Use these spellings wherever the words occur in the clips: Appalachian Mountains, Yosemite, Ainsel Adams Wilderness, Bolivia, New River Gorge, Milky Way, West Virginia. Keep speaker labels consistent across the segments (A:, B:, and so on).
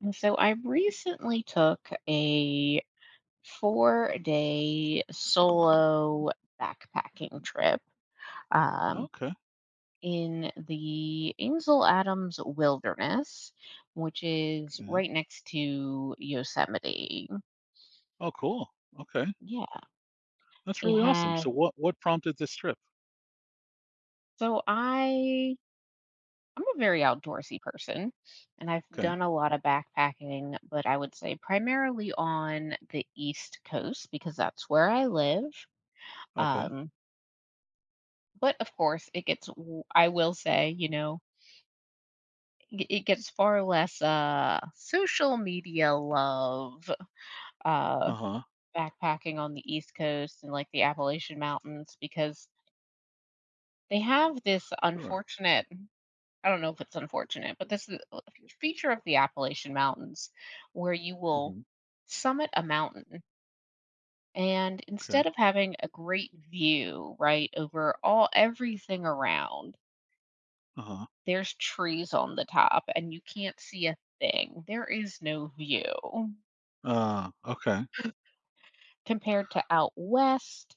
A: And So I recently took a 4 day solo backpacking trip um,
B: Okay,
A: in the Ainsel Adams Wilderness, which is
B: okay.
A: right next to Yosemite.
B: Oh, cool. Okay,
A: Yeah,
B: that's
A: it
B: really awesome.
A: has.
B: So, what prompted this trip?
A: So I. I'm a very outdoorsy person, and I've
B: Okay,
A: done a lot of backpacking, but I would say primarily on the East Coast because that's where I live.
B: okay.
A: Um, But of course, it gets w I will say, it gets far less, social media love, uh,
B: Uh huh.
A: backpacking on the East Coast and, like, the Appalachian Mountains because they have this
B: Sure.
A: unfortunate— I don't know if it's unfortunate, but this is a feature of the Appalachian Mountains where you will
B: hmm
A: summit a mountain, and
B: Okay.
A: instead of having a great view, right, over all everything around,
B: Uh huh.
A: there's trees on the top, and you can't see a thing. There is no view
B: Okay.
A: compared to out west,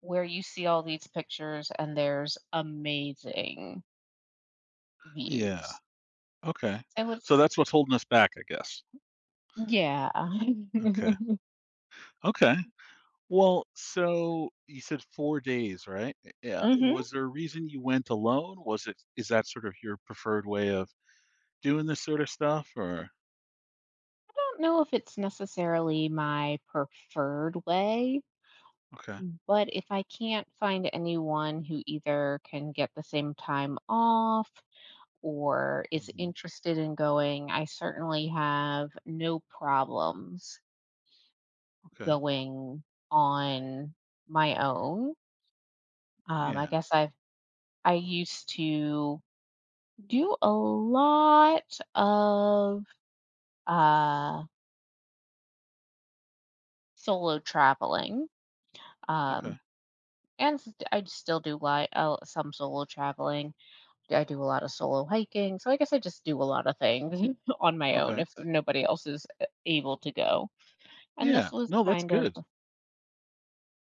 A: where you see all these pictures and there's amazing
B: Yeah.
A: views.
B: Okay.
A: So
B: So
A: it's—
B: that's what's holding us back, I guess.
A: yeah.
B: Okay.
A: Mhm.
B: Okay. Well, so you said 4 days, right? Yeah.
A: I
B: Was there a reason you went alone? Was it is that sort of your preferred way of doing this sort of stuff, or
A: don't know if it's necessarily my preferred way,
B: okay?
A: but if I can't find anyone who either can get the same time off or is
B: hmm
A: interested in going, I certainly have no problems
B: Okay.
A: going on my own. I
B: Yeah.
A: guess I used to do a lot of uh, solo traveling,
B: Okay.
A: um, and I still do some solo traveling. I do a lot of solo hiking, so I guess I just do a lot of things on my own
B: Okay.
A: if nobody else is able to go. And
B: Yeah.
A: this was
B: No, that's
A: kind of
B: good.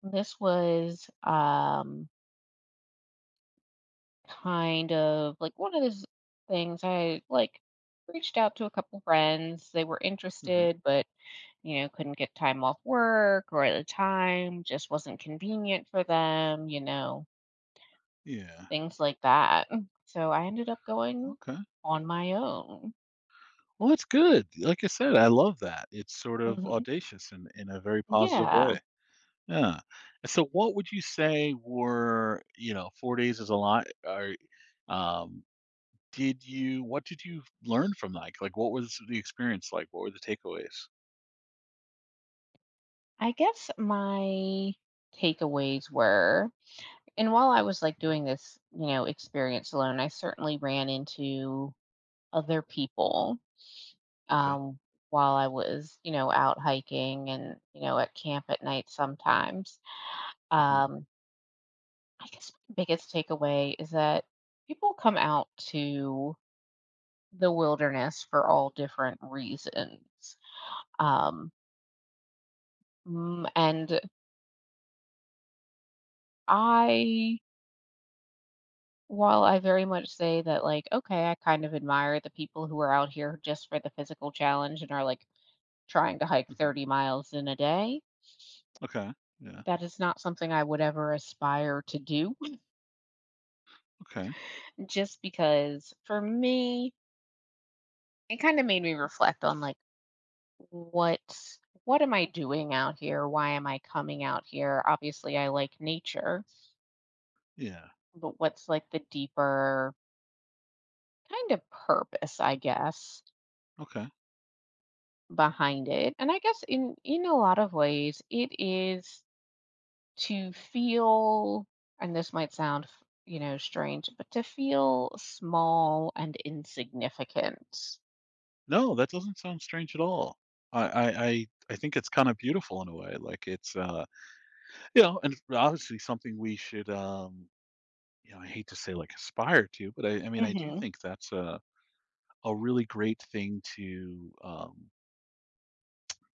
A: This was kind of like one of those things I like reached out to a couple friends. They were
B: Mm-hmm.
A: interested, but you know, couldn't get time off work or at the time just wasn't convenient for them, you know,
B: Yeah.
A: things like that. So I ended up going
B: Okay.
A: on my own.
B: Well, that's good. Like I said, I love that. It's sort of
A: Mhm.
B: audacious in a very positive
A: Yeah.
B: way. Yeah. And so, what would you say were, 4 days is a lot? Um, what did you learn from what was the experience like? What were the takeaways?
A: I guess my takeaways were— and while I was like doing this, you know, experience alone, I certainly ran into other people,
B: Okay.
A: um, while I was, you know, out hiking and, you know, at camp at night sometimes.
B: hmm
A: Um, I guess my biggest takeaway is that people come out to the wilderness for all different reasons.
B: hmm
A: Um, and I, while I very much say that, like, okay, I kind of admire the people who are out here just for the physical challenge and are like trying to hike
B: hmm
A: 30 miles in a day.
B: Okay. Yeah.
A: That is not something I would ever aspire to do,
B: Okay.
A: just because for me, it kind of made me reflect on like what— what am I doing out here? Why am I coming out here? Obviously, I like nature,
B: Yeah.
A: but what's like the deeper kind of purpose, I guess,
B: Okay.
A: behind it? And I guess in a lot of ways, it is to feel— and this might sound, you know, strange, but to feel small and insignificant.
B: No, that doesn't sound strange at all. I think it's kind of beautiful in a way. Like you know, and obviously something we should, you know, I hate to say like aspire to, but I mean, I do
A: Hmm
B: think that's a really great thing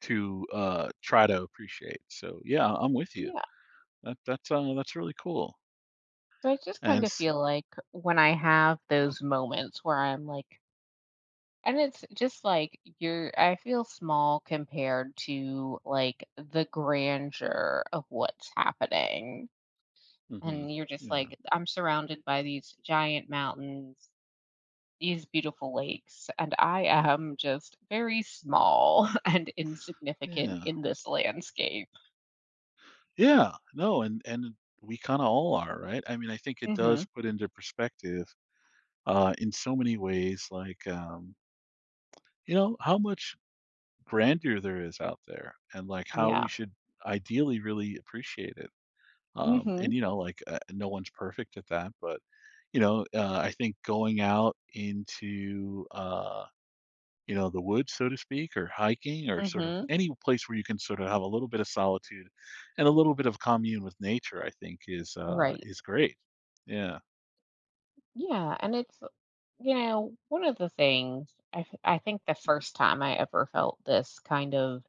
B: to try to appreciate. So yeah, I'm with you.
A: Yeah.
B: That's really cool.
A: So I just kind
B: And
A: of feel like when I have those moments where I'm like, and it's just like you're— I feel small compared to like the grandeur of what's happening.
B: mm-hmm,
A: And you're just
B: yeah,
A: like, I'm surrounded by these giant mountains, these beautiful lakes, and I am just very small and insignificant
B: yeah,
A: in this landscape.
B: yeah, no. And we kind of all are, right? I mean, I think it
A: Hmm
B: does put into perspective in so many ways, you know, how much grandeur there is out there, and like how we
A: Yeah.
B: should ideally really appreciate it.
A: hmm
B: And you know, like no one's perfect at that, but you know, I think going out into you know, the woods, so to speak, or hiking, or sort of
A: hmm
B: any place where you can sort of have a little bit of solitude and a little bit of commune with nature, I think
A: Right.
B: is great. Yeah.
A: Yeah. And it's You know, one of the things I think the first time I ever felt this kind of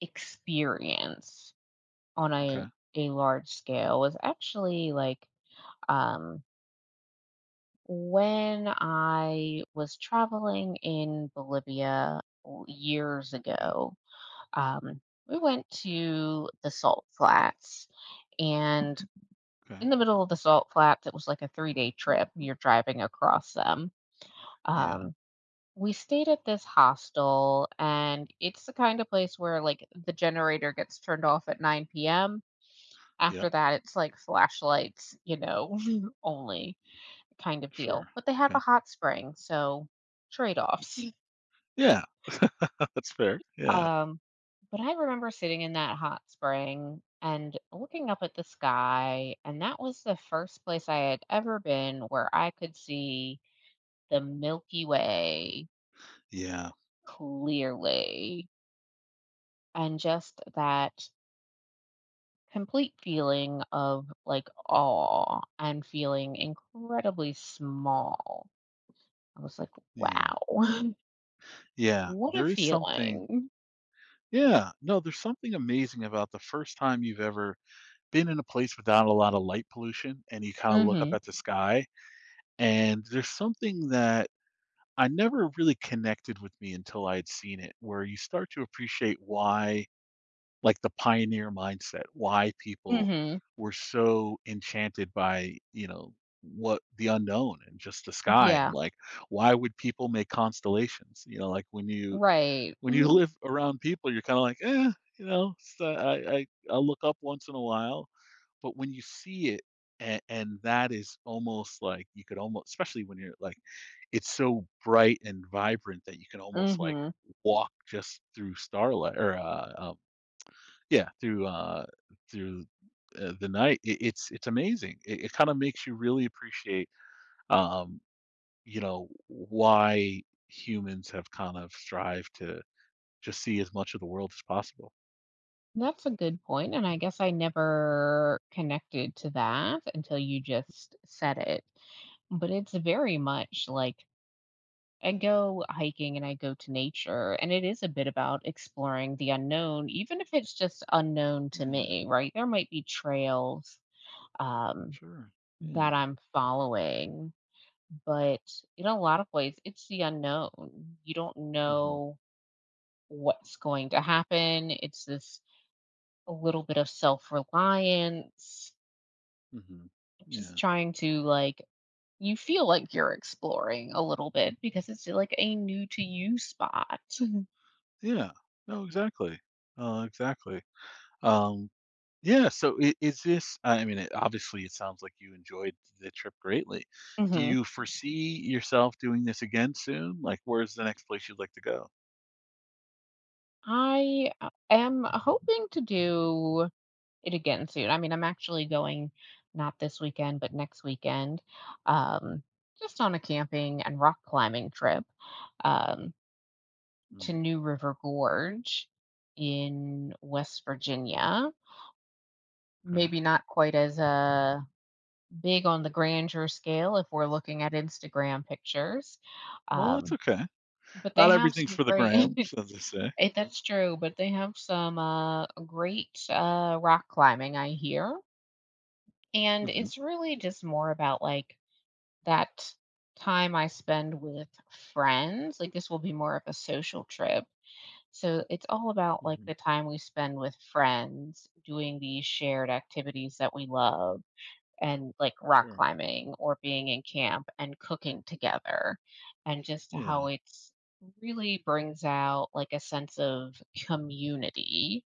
A: experience on
B: Okay.
A: a large scale was actually like, um, when I was traveling in Bolivia years
B: Okay.
A: ago. Um, we went to the salt flats, and
B: Okay.
A: in the middle of the salt flats, it was like a 3 day trip. You're driving across them.
B: Yeah.
A: Um, We stayed at this hostel, and it's the kind of place where, like, the generator gets turned off at 9 p.m. After
B: Yep.
A: that, it's like flashlights, you know, only kind of deal.
B: Sure.
A: But they have a
B: Okay.
A: hot spring, so— trade-offs.
B: Yeah. That's fair. Yeah.
A: Um, but I remember sitting in that hot spring and looking up at the sky, and that was the first place I had ever been where I could see the Milky Way
B: Yeah.
A: clearly, and just that complete feeling of like awe and feeling incredibly small. I was like,
B: Yeah.
A: wow,
B: Yeah,
A: what a
B: there is something.
A: feeling.
B: Yeah, no, there's something amazing about the first time you've ever been in a place without a lot of light pollution, and you kinda look
A: Mm-hmm.
B: up at the sky, and there's something that I never really connected with me until I had seen it, where you start to appreciate why, like, the pioneer mindset, why people
A: Mm-hmm.
B: were so enchanted by, you know, what the unknown and just the sky and
A: Yeah.
B: like, why would people make constellations? You know, like when you
A: Right.
B: when you
A: Mm-hmm.
B: live around people, you're kind of like, you know, so I I'll look up once in a while. But when you see it, and that is almost like you could almost, especially when you're like, it's so bright and vibrant that you can almost like
A: Mm-hmm.
B: walk just through starlight or yeah, through the night. It's it's amazing. It kind of makes you really appreciate, um, you know, why humans have kind of strived to just see as much of the world as possible.
A: That's a good point. And I guess I never connected to that until you just said it. But it's very much like I go hiking and I go to nature, and it is a bit about exploring the unknown, even if it's just unknown to
B: Yeah,
A: me, right? There might be trails, um,
B: sure. Yeah.
A: that I'm following, but in a lot of ways, it's the unknown. You don't
B: Mhm.
A: know what's going to happen. It's this— a little bit of self reliance,
B: Mhm.
A: just
B: Yeah.
A: trying to like— you feel like you're exploring a little bit because it's like a new to you spot.
B: Yeah. No, exactly. Exactly. Um, yeah, so I is this I mean, it obviously, it sounds like you enjoyed the trip greatly. Do
A: Mhm.
B: you foresee yourself doing this again soon? Like, where's the next place you'd like to go?
A: I am hoping to do it again soon. I mean, I'm actually going not this weekend, but next weekend, um, just on a camping and rock climbing trip, um, to
B: Mm,
A: New River Gorge in West Virginia.
B: Okay.
A: Maybe not quite as big on the grandeur scale if we're looking at Instagram pictures,
B: Well, that's
A: um,
B: okay.
A: but they
B: Not
A: have
B: everything's
A: some
B: for the gram,
A: great—
B: so as they say.
A: Eh, that's true, but they have some, great, rock climbing, I hear, and
B: Mhm.
A: it's really just more about, like, that time I spend with friends. Like, this will be more of a social trip, so it's all about, like,
B: Mhm.
A: the time we spend with friends doing these shared activities that we love, and like rock
B: Sure.
A: climbing or being in camp and cooking together, and just how
B: Yeah.
A: it's— really brings out like a sense of community,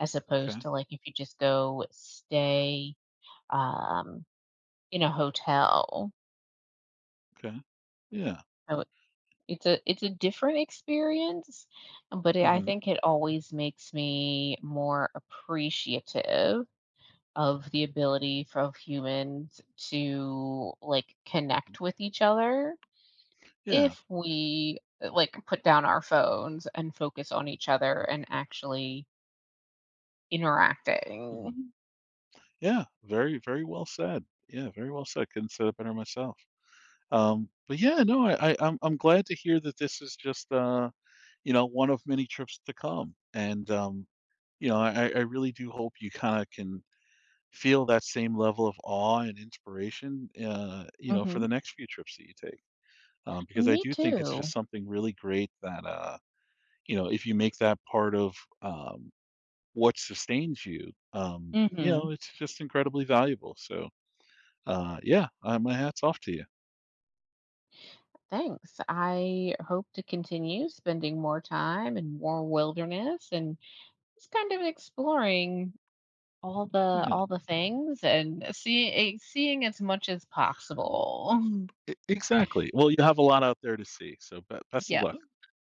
A: as
B: Okay.
A: opposed to like if you just go stay um in a hotel.
B: Okay. Yeah.
A: So it's a— it's a different experience, but I
B: Mhm.
A: think it always makes me more appreciative of the ability for— of humans to like connect with each other.
B: Yeah.
A: If we, like, put down our phones and focus on each other and actually
B: Mhm.
A: interacting.
B: Yeah, very, very well said. Yeah, very well said. Couldn't say it better myself. But yeah, no, I'm glad to hear that this is just you know, one of many trips to come. And you know, I really do hope you kind of can feel that same level of awe and inspiration, you know, for
A: Mhm.
B: the next few trips that you take. Because I
A: Me
B: do think it's just
A: too.
B: something really great that you know, if you make that part of um what sustains you, you
A: Mhm.
B: know, it's just incredibly valuable. So yeah, my hat's off to you.
A: Thanks. I hope to continue spending more time in more wilderness and just kind of exploring
B: Yeah,
A: all the things, and see seeing as much as possible.
B: e exactly. Well, you have a lot out there to see, so be best of
A: Yeah.
B: luck.